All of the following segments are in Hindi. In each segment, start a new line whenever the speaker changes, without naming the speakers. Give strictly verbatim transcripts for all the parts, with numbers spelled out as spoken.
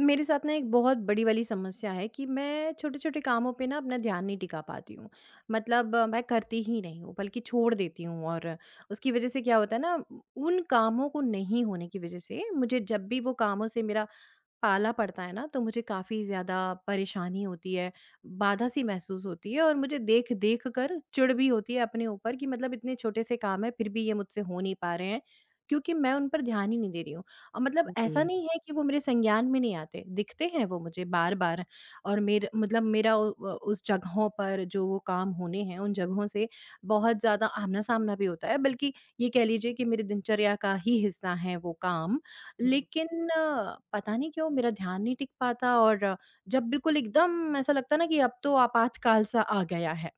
मेरे साथ ना एक बहुत बड़ी वाली समस्या है कि मैं छोटे-छोटे कामों पे ना अपना ध्यान नहीं टिका पाती हूँ। मतलब अ, मैं करती ही नहीं हूँ बल्कि छोड़ देती हूँ, और उसकी वज़ह से क्या होता है ना, उन कामों को नहीं होने की वज़ह से मुझे जब भी वो कामों से मेरा पाला पड़ता है ना, तो मुझे काफ़ी ज़्यादा परेशानी होती है, बाधा-सी महसूस होती है, और मुझे देख-देख कर चिढ़ भी होती है अपने ऊपर कि मतलब इतने छोटे से काम हैं, फिर भी ये मुझसे हो नहीं पा रहे हैं, क्योंकि मैं उन पर ध्यान ही नहीं दे रही हूँ। अ, मतलब ऐसा
जी।
नहीं है कि वो मेरे संज्ञान में नहीं आते, दिखते हैं वो मुझे बार-बार। और मेर मतलब मेरा उ अ, उस जगहों पर जो वो काम होने हैं, उन जगहों से बहुत ज़्यादा आमना-सामना भी होता है, बल्कि ये कह लीजिए कि मेरी दिनचर्या का ही हिस्सा हैं वो काम।
हुँ।
लेकिन अ, पता नहीं क्यों मेरा ध्यान नहीं टिक पाता, और अ, जब बिल्कुल एकदम ऐसा लगता है ना कि अब तो आपातकाल सा आ गया है,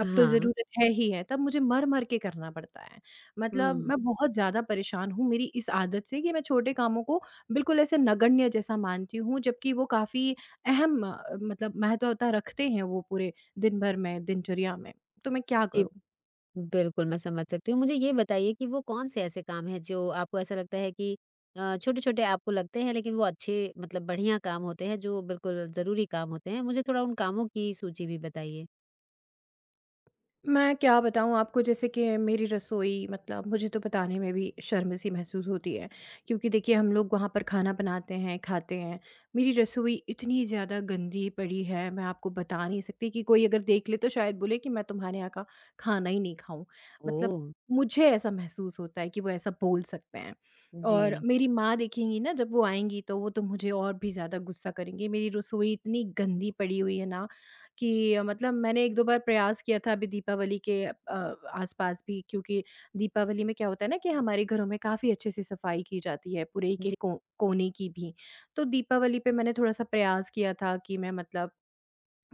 अब तो
हाँ।
ज़रूरत है ही है, तब मुझे मर-मर के करना पड़ता है। मतलब
हुँ।
मैं बहुत ज़्यादा परेशान हूँ मेरी इस आदत से, कि मैं छोटे कामों को बिल्कुल ऐसे नगण्य जैसा मानती हूँ, जबकि वो काफ़ी अहम अ, मतलब महत्वता रखते हैं वो पूरे दिन भर में, दिनचर्या में। तो मैं क्या
जी,
करूँ?
बिल्कुल मैं समझ सकती हूँ। मुझे ये बताइए कि वो कौन-से ऐसे काम हैं जो आपको ऐसा लगता है कि अ, छोटे-छोटे आपको लगते हैं, लेकिन वो अच्छे मतलब बढ़िया काम होते हैं, जो बिल्कुल ज़रूरी काम होते हैं? मुझे थोड़ा उन कामों की सूची भी बताइए।
मैं क्या बताऊँ आपको? जैसे कि मेरी रसोई, मतलब मुझे तो बताने में भी शर्म-सी महसूस होती है, क्योंकि देखिए हम लोग वहाँ पर खाना बनाते हैं, खाते हैं। मेरी रसोई इतनी ज़्यादा गंदी पड़ी है, मैं आपको बता नहीं सकती, कि कोई अगर देख ले तो शायद बोले कि मैं तुम्हारे यहाँ का खाना ही नहीं खाऊँ। मतलब
ओह!
मुझे ऐसा महसूस होता है कि वो ऐसा बोल सकते हैं। और
जी।
मेरी माँ देखेंगी ना, जब वो आएँगी तो वो तो मुझे और भी ज़्यादा गुस्सा करेंगी। मेरी रसोई इतनी गंदी पड़ी हुई है ना, कि अ, मतलब मैंने एक दो बार प्रयास किया था अभी दीपावली के अ, आस-पास भी, क्योंकि दीपावली में क्या होता है ना, कि हमारे घरों में काफ़ी अच्छे से सफाई की जाती है, पूरे एक-एक
जी।
को कोने की भी। तो दीपावली पे मैंने थोड़ा-सा प्रयास किया था कि मैं, मतलब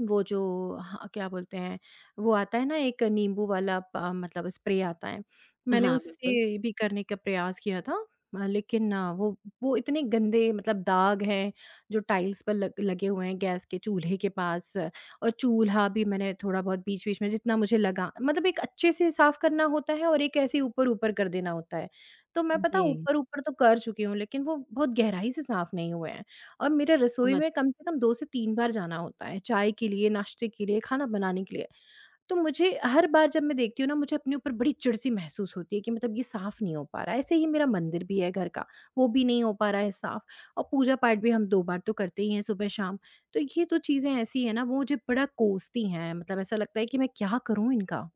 वो जो, हाँ, क्या बोलते हैं, वो आता है ना एक नींबू वाला प मतलब स्प्रे आता है। मैंने
हाँ, बिल्कुल।
उससे भी करने का प्रयास किया था, अ, लेकिन आ, वो वो इतने गंदे मतलब दाग हैं जो टाइल्स पर लग लगे हुए हैं गैस के चूल्हे के पास, आ, और चूल्हा भी मैंने थोड़ा बहुत बीच-बीच में जितना मुझे लगा, मतलब एक अच्छे से साफ़ करना होता है और एक ऐसे ऊपर-ऊपर कर देना होता है। तो मैं पता
जी,
ऊपर-ऊपर तो कर चुकी हूँ, लेकिन वो बहुत गहराई से साफ़ नहीं हुए हैं। और मेरा रसोई
समझ
में
सक
कम से कम दो से तीन बार जाना होता है, चाय के लिए, नाश्ते के लिए, खाना बनाने के लिए। तो मुझे हर बार जब मैं देखती हूँ ना, मुझे अपने ऊपर बड़ी चिड़-सी महसूस होती है, कि मतलब ये साफ़ नहीं हो पा रहा है। ऐसे ही मेरा मंदिर भी है घर का, वो भी नहीं हो पा रहा है साफ़, और पूजा-पाठ भी हम दो बार तो करते ही हैं, सुबह-शाम। तो ये तो चीज़ें ऐसी हैं ना, वो मुझे बड़ा कोसती हैं, मतलब ऐसा लगता है कि मैं क्या करूँ इनका?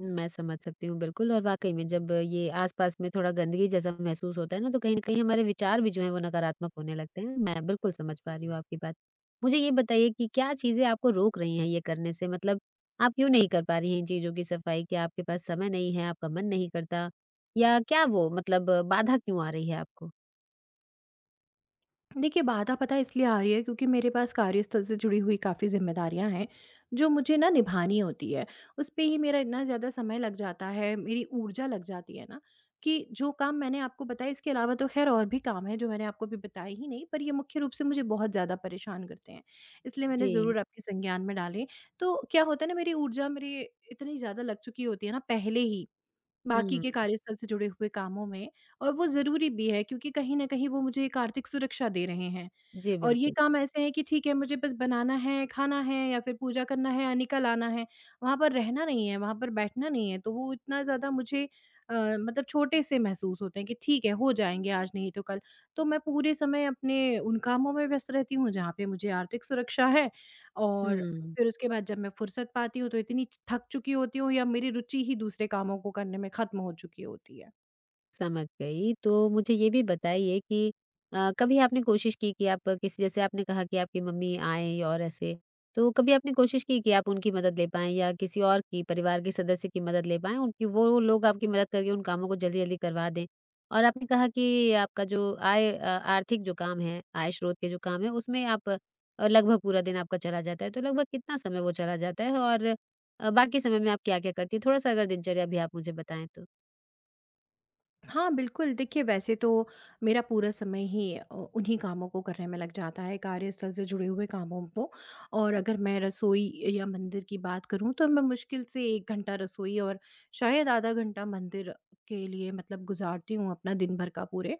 मैं समझ सकती हूँ बिल्कुल, और वाक़ई में जब ये आस-पास में थोड़ा गंदगी जैसा महसूस होता है ना, तो कहीं न कहीं हमारे विचार भी जो हैं वो नकारात्मक होने लगते हैं। मैं बिल्कुल समझ पा रही हूँ आपकी बात। मुझे ये बताइए कि क्या चीज़ें आपको रोक रही हैं ये करने से? मतलब आप क्यों नहीं कर पा रही हैं इन चीज़ों की सफाई? क्या आपके पास समय नहीं है, आपका मन नहीं करता, या क्या वो मतलब बाधा क्यों आ रही है आपको?
देखिए, बाधा पता है इसलिए आ रही है, क्योंकि मेरे पास कार्यस्थल से जुड़ी हुई काफ़ी ज़िम्मेदारियाँ हैं, जो मुझे ना निभानी होती है। उस पे ही मेरा इतना ज़्यादा समय लग जाता है, मेरी ऊर्जा लग जाती है ना, कि जो काम मैंने आपको बताए, इसके अलावा तो ख़ैर और भी काम हैं जो मैंने आपको अभी बताए ही नहीं, पर ये मुख्य रूप से मुझे बहुत ज़्यादा परेशान करते हैं। इसलिए मैंने
जी।
ज़रूर आपके संज्ञान में डाले। तो क्या होता है ना, मेरी ऊर्जा मेरी इतनी ज़्यादा लग चुकी होती है ना पहले ही, बाकी
हुँ।
के कार्यस्थल से जुड़े हुए कामों में। और वो ज़रूरी भी है, क्योंकि कहीं न कहीं वो मुझे एक आर्थिक सुरक्षा दे रहे हैं।
जी,
और ये
बिल्कुल।
काम ऐसे हैं कि ठीक है, मुझे बस बनाना है, खाना है, या फिर पूजा करना है या निकल आना है, वहाँ पर रहना नहीं है, वहाँ पर बैठना नहीं है। तो वो इतना ज़्यादा मुझे अ, मतलब छोटे से महसूस होते हैं, कि ठीक है हो जाएँगे आज नहीं तो कल। तो मैं पूरे समय अपने उन कामों में व्यस्त रहती हूँ जहाँ पे मुझे आर्थिक सुरक्षा है, और
हुँ।
फिर उसके बाद जब मैं फुर्सत पाती हूँ तो इतनी थक चुकी होती हूँ, या मेरी रुचि ही दूसरे कामों को करने में खत्म हो चुकी होती है।
समझ गई। तो मुझे ये भी बताइए कि अ, कभी आपने कोशिश की कि आप किसी, जैसे आपने कहा कि आपकी मम्मी आएँ और ऐसे, तो कभी आपने कोशिश की कि आप उनकी मदद ले पाएँ, या किसी और की परिवार के सदस्य की मदद ले पाएँ, उनकी वो लोग आपकी मदद करके उन कामों को जल्दी-जल्दी करवा दें? और आपने कहा कि आपका जो आय अ, आर्थिक जो काम है, आय स्रोत के जो काम है, उसमें आप अ, लगभग पूरा दिन आपका चला जाता है, तो लगभग कितना समय वो चला जाता है? और अ, बाकी समय में आप क्या-क्या करती हैं? थोड़ा-सा अगर दिनचर्या भी आप मुझे बताएँ तो।
हाँ, बिल्कुल। देखिए, वैसे तो मेरा पूरा समय ही अ, उन्हीं कामों को करने में लग जाता है, कार्यस्थल से जुड़े हुए कामों को। और अगर मैं रसोई या मंदिर की बात करूँ, तो मैं मुश्किल से एक घंटा रसोई और शायद आधा घंटा मंदिर के लिए मतलब गुज़ारती हूँ अपना दिन भर का पूरे।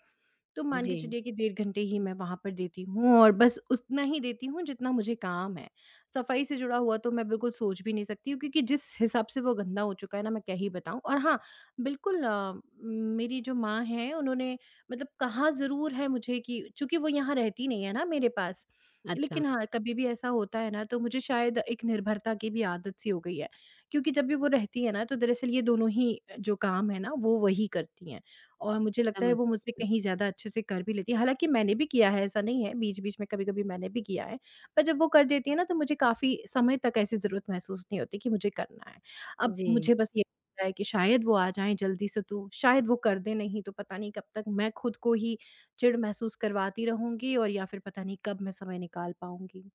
तो मान के
जी,
चलिए कि डेढ़ घंटे ही मैं वहाँ पर देती हूँ, और बस उतना ही देती हूँ जितना मुझे काम है। सफाई से जुड़ा हुआ तो मैं बिल्कुल सोच भी नहीं सकती हूँ, क्योंकि जिस हिसाब से वो गंदा हो चुका है ना, मैं क्या ही बताऊँ। और हाँ, बिल्कुल अ, मेरी जो माँ हैं उन्होंने मतलब कहा ज़रूर है मुझे, कि चूँकि वो यहाँ रहती नहीं है ना मेरे पास,
अच्छा।
लेकिन हाँ, कभी भी ऐसा होता है ना तो मुझे शायद एक निर्भरता की भी आदत सी हो गई है। क्योंकि जब भी वो रहती है ना, तो दरअसल ये दोनों ही जो काम है ना वो वही करती हैं। और मुझे लगता है
समझ
वो मुझसे
सकती हूँ।
कहीं ज़्यादा अच्छे से कर भी लेती हैं। हालाँकि मैंने भी किया है, ऐसा नहीं है, बीच-बीच में कभी-कभी मैंने भी किया है। पर जब वो कर देती है ना, तो मुझे काफ़ी समय तक ऐसी ज़रूरत महसूस नहीं होती कि मुझे करना है। अब
जी,
मुझे बस ये लगता है कि शायद वो आ जाएँ जल्दी से, तो शायद वो कर दें, नहीं तो पता नहीं कब तक मैं खुद को ही चिढ़ महसूस करवाती रहूँगी, और या फिर पता नहीं कब मैं समय निकाल पाऊँगी।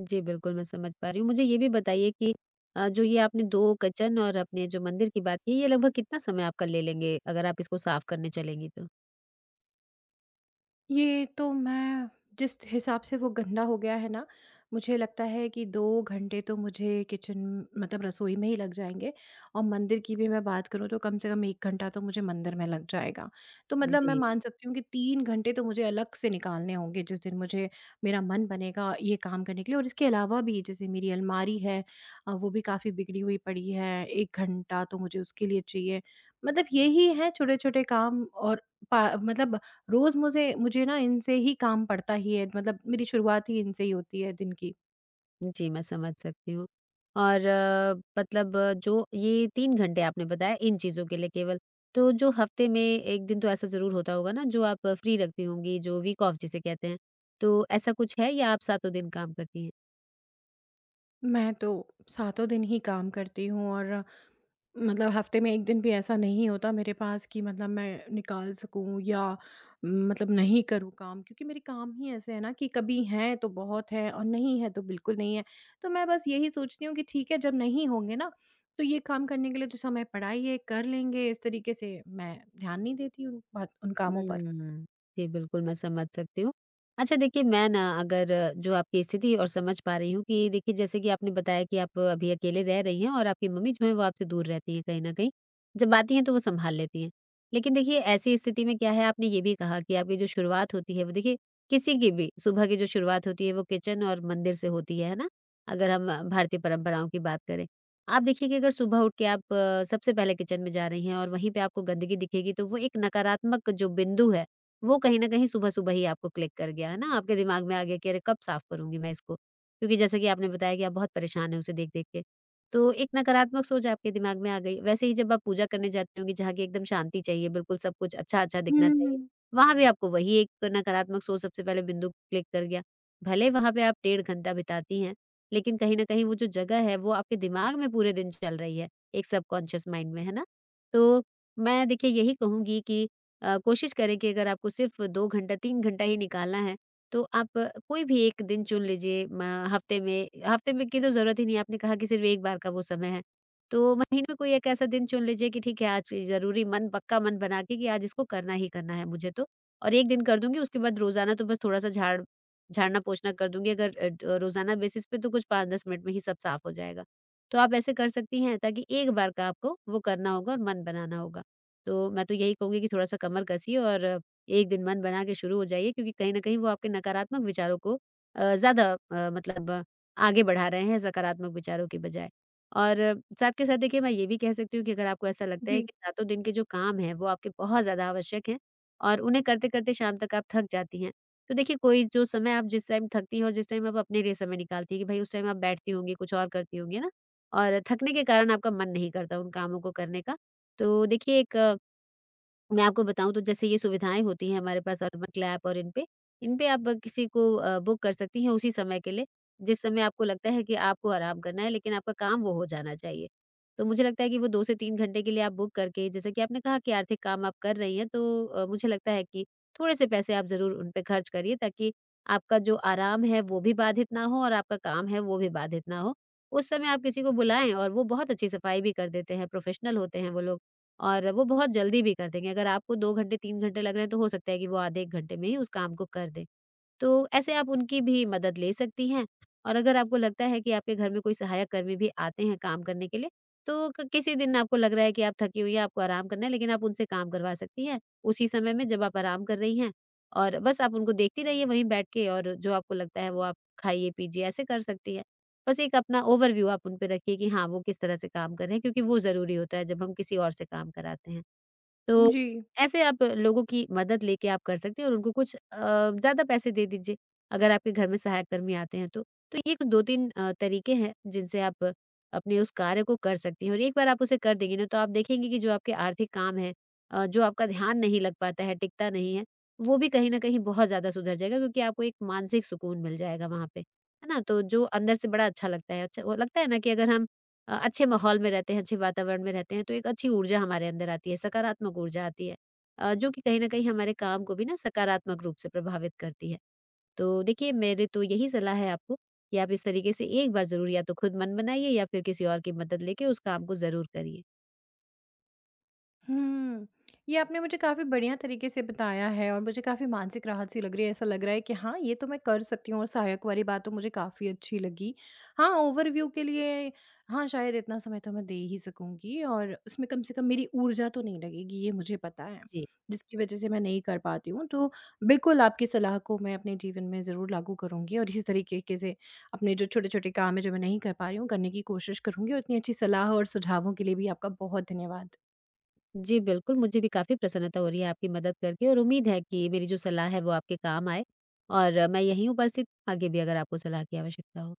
जी, बिल्कुल मैं समझ पा रही हूँ। मुझे ये भी बताइए कि अ, जो ये आपने दो किचन और अपने जो मंदिर की बात की, ये लगभग कितना समय आपका ले लेंगे, अगर आप इसको साफ़ करने चलेंगी तो?
ये तो मैं, जिस हिसाब से वो गंदा हो गया है ना, मुझे लगता है कि दो घंटे तो मुझे किचन मतलब रसोई में ही लग जाएँगे, और मंदिर की भी मैं बात करूँ तो कम से कम एक घंटा तो मुझे मंदिर में लग जाएगा। तो मतलब मैं
जी,
मान सकती हूँ कि तीन घंटे तो मुझे अलग से निकालने होंगे जिस दिन मुझे मेरा मन बनेगा ये काम करने के लिए, और इसके अलावा भी जैसे मेरी अलमारी है अ, वो भी काफ़ी बिगड़ी हुई पड़ी है, एक घंटा तो मुझे उसके लिए चाहिए। मतलब यही है छोटे-छोटे काम, और पा मतलब रोज़ मुझे मुझे ना इनसे ही काम पड़ता ही है, मतलब मेरी शुरुआत ही इनसे ही होती है दिन की।
जी, मैं समझ सकती हूँ। और अ, मतलब अ, जो ये तीन घंटे आपने बताया इन चीज़ों के लिए केवल, तो जो हफ़्ते में एक दिन तो ऐसा ज़रूर होता होगा ना, जो आप फ्री रखती होंगी, जो वीक ऑफ जिसे कहते हैं, तो ऐसा कुछ है या आप सातों दिन काम करती हैं?
मैं तो सातों दिन ही काम करती हूँ, और मतलब हफ़्ते में एक दिन भी ऐसा नहीं होता मेरे पास कि मतलब मैं निकाल सकूँ, या मतलब नहीं करूँ काम, क्योंकि मेरे काम ही ऐसे हैं ना कि कभी हैं तो बहुत हैं, और नहीं है तो बिल्कुल नहीं है। तो मैं बस यही सोचती हूँ कि ठीक है, जब नहीं होंगे ना, तो ये काम करने के लिए तो समय पड़ा ही है, कर लेंगे। इस तरीके से मैं ध्यान नहीं देती उन बात उन कामों पर।
हुँ। जी, बिल्कुल मैं समझ सकती हूँ। अच्छा देखिए, मैं ना अगर जो आपकी स्थिति और समझ पा रही हूँ, कि देखिए जैसे कि आपने बताया कि आप अभी अकेले रह रही हैं और आपकी मम्मी जो है वो आपसे दूर रहती हैं कहीं न कहीं। जब आती हैं तो वो सँभाल लेती हैं। लेकिन देखिए ऐसी स्थिति में क्या है, आपने ये भी कहा कि आपकी जो शुरुआत होती है वो देखिए, किसी की भी सुबह की जो शुरुआत होती है वो किचन और मंदिर से होती है, है ना? अगर हम भारतीय परंपराओं की बात करें। आप देखिए कि अगर सुबह उठ के आप अ, सबसे पहले किचन में जा रही हैं और वहीं पे आपको गंदगी दिखेगी, तो वो एक नकारात्मक जो बिंदु है वो कहीं ना कहीं सुबह सुबह ही आपको क्लिक कर गया है ना, आपके दिमाग में आ गया कि अरे, कब साफ करूंगी मैं इसको, क्योंकि जैसा कि आपने बताया कि आप बहुत परेशान है उसे देख देख के, तो एक नकारात्मक सोच आपके दिमाग में आ गई। वैसे ही जब आप पूजा करने जाते होंगे, जहाँ की एकदम शांति चाहिए, बिल्कुल सब कुछ अच्छा अच्छा दिखना चाहिए,
हुँ।
वहां भी आपको वही एक नकारात्मक सोच सबसे पहले बिंदु क्लिक कर गया। भले वहां पे आप डेढ़ घंटा बिताती हैं, लेकिन कहीं न कहीं वो जो जगह है वो आपके दिमाग में पूरे दिन चल रही है, एक सबकॉन्शियस माइंड में, है ना? तो मैं देखिए यही कहूँगी कि अ, कोशिश करें कि अगर आपको सिर्फ़ दो घंटा, तीन घंटा ही निकालना है, तो आप अ, कोई भी एक दिन चुन लीजिए। म हफ्ते में, हफ्ते में की तो ज़रूरत ही नहीं है, आपने कहा कि सिर्फ़ एक बार का वो समय है। तो महीने में कोई एक ऐसा दिन चुन लीजिए कि ठीक है, आज ज़रूरी मन, पक्का मन बना के कि आज इसको करना ही करना है मुझे, तो और एक दिन कर दूँगी, उसके बाद रोज़ाना तो बस थोड़ा-सा झाड़ झाड़ना-पोछना कर दूँगी। अगर अ, ड रोज़ाना बेसिस पे, तो कुछ पाँच दस मिनट में ही सब साफ हो जाएगा। तो आप ऐसे कर सकती हैं, ताकि एक बार का आपको वो करना होगा और मन बनाना होगा। तो मैं तो यही कहूँगी कि थोड़ा-सा कमर कसिए और अ, एक दिन मन बना के शुरू हो जाइए, क्योंकि कहीं न कहीं वो आपके नकारात्मक विचारों को अ, ज़्यादा अ, मतलब अ, आगे बढ़ा रहे हैं सकारात्मक विचारों के बजाय। और अ, साथ के साथ देखिए, मैं ये भी कह सकती हूँ कि अगर आपको ऐसा लगता है
जी।
कि सातों दिन के जो काम हैं वो आपके बहुत ज़्यादा आवश्यक हैं और उन्हें करते-करते शाम तक आप थक जाती हैं। तो देखिए, कोई जो समय आप, जिस टाइम थकती हैं और जिस टाइम आप अपने लिए समय निकालती हैं, कि भाई उस टाइम आप बैठती होंगी, कुछ और करती होंगी, है ना? और थकने के कारण आपका मन नहीं करता उन कामों को करने का। तो देखिए, एक मैं आपको बताऊँ तो जैसे ये सुविधाएँ होती हैं हमारे पास, अर्बन क्लैप और, इन पे, इन पे आप किसी को अ, बुक कर सकती हैं उसी समय के लिए, जिस समय आपको लगता है कि आपको आराम करना है लेकिन आपका काम वो हो जाना चाहिए। तो मुझे लगता है कि वो दो से तीन घंटे के लिए आप बुक करके, जैसे कि आपने कहा कि आर्थिक काम आप कर रही हैं, तो अ, मुझे लगता है कि थोड़े-से पैसे आप ज़रूर उन पे खर्च करिए, ताकि आपका जो आराम है वो भी बाधित ना हो और आपका काम है वो भी बाधित ना हो। उस समय आप किसी को बुलाएँ, और वो बहुत अच्छी सफाई भी कर देते हैं, प्रोफेशनल होते हैं वो लोग। और वो बहुत जल्दी भी कर देंगे। अगर आपको दो घंटे, तीन घंटे लग रहे हैं तो हो सकता है कि वो आधे एक घंटे में ही उस काम को कर दें। तो ऐसे आप उनकी भी मदद ले सकती हैं। और अगर आपको लगता है कि आपके घर में कोई सहायक कर्मी भी आते हैं काम करने के लिए, तो क किसी दिन आपको लग रहा है कि आप थकी हुई हैं, आपको आराम करना है, लेकिन आप उनसे काम करवा सकती हैं, उसी समय में जब आप आराम कर रही हैं, और बस आप उनको देखती रहिए वहीं बैठ के, और जो आपको लगता है वो आप खाइए, पीजिए, ऐसे कर सकती हैं। बस एक अपना ओवरव्यू आप उन पे रखिए कि हाँ, वो किस तरह से काम कर रहे हैं, क्योंकि वो ज़रूरी होता है जब हम किसी और से काम कराते हैं। तो
जी।
ऐसे आप लोगों की मदद लेके आप कर सकते हैं, और उनको कुछ अ, ज़्यादा पैसे दे दीजिए, अगर आपके घर में सहायक कर्मी आते हैं तो। तो ये कुछ दो तीन अ, तरीके हैं जिनसे आप अपने उस कार्य को कर सकती हैं, और एक बार आप उसे कर देंगी ना तो आप देखेंगी कि जो आपके आर्थिक काम हैं, अ, जो आपका ध्यान नहीं लग पाता है, टिकता नहीं है, वो भी कहीं न कहीं बहुत ज़्यादा सुधर जाएगा, क्योंकि आपको एक मानसिक सुकून मिल जाएगा वहाँ पे, है ना? तो जो अंदर से बड़ा अच्छा लगता है। अच्छा वो लगता है ना कि अगर हम अ, अच्छे माहौल में रहते हैं, अच्छे वातावरण में रहते हैं, तो एक अच्छी ऊर्जा हमारे अंदर आती है, सकारात्मक ऊर्जा आती है, अ, जो कि कहीं न कहीं हमारे काम को भी ना सकारात्मक रूप से प्रभावित करती है। तो देखिए, मेरी तो यही सलाह है आपको कि आप इस तरीके से एक बार ज़रूर या तो खुद मन बनाइए, या फिर किसी और की मदद लेके उस काम को ज़रूर करिए।
हुँ। ये आपने मुझे काफ़ी बढ़िया तरीके से बताया है, और मुझे काफ़ी मानसिक राहत सी लग रही है। ऐसा लग रहा है कि हाँ, ये तो मैं कर सकती हूँ, और सहायक वाली बात तो मुझे काफ़ी अच्छी लगी। हाँ, ओवरव्यू के लिए हाँ, शायद इतना समय तो मैं दे ही सकूँगी, और उसमें कम से कम मेरी ऊर्जा तो नहीं लगेगी, ये मुझे पता है,
जी।
जिसकी वज़ह से मैं नहीं कर पाती हूँ। तो बिल्कुल आपकी सलाह को मैं अपने जीवन में ज़रूर लागू करूँगी, और इसी तरीके के से अपने जो छोटे-छोटे काम हैं, जो मैं नहीं कर पा रही हूँ, करने की कोशिश करूँगी, और इतनी अच्छी सलाह और सुझावों के लिए भी आपका बहुत धन्यवाद।
जी, बिल्कुल, मुझे भी काफ़ी प्रसन्नता हो रही है आपकी मदद करके, और उम्मीद है कि मेरी जो सलाह है वो आपके काम आए, और अ, मैं यहीं उपस्थित हूँ, आगे भी अगर आपको सलाह की आवश्यकता हो।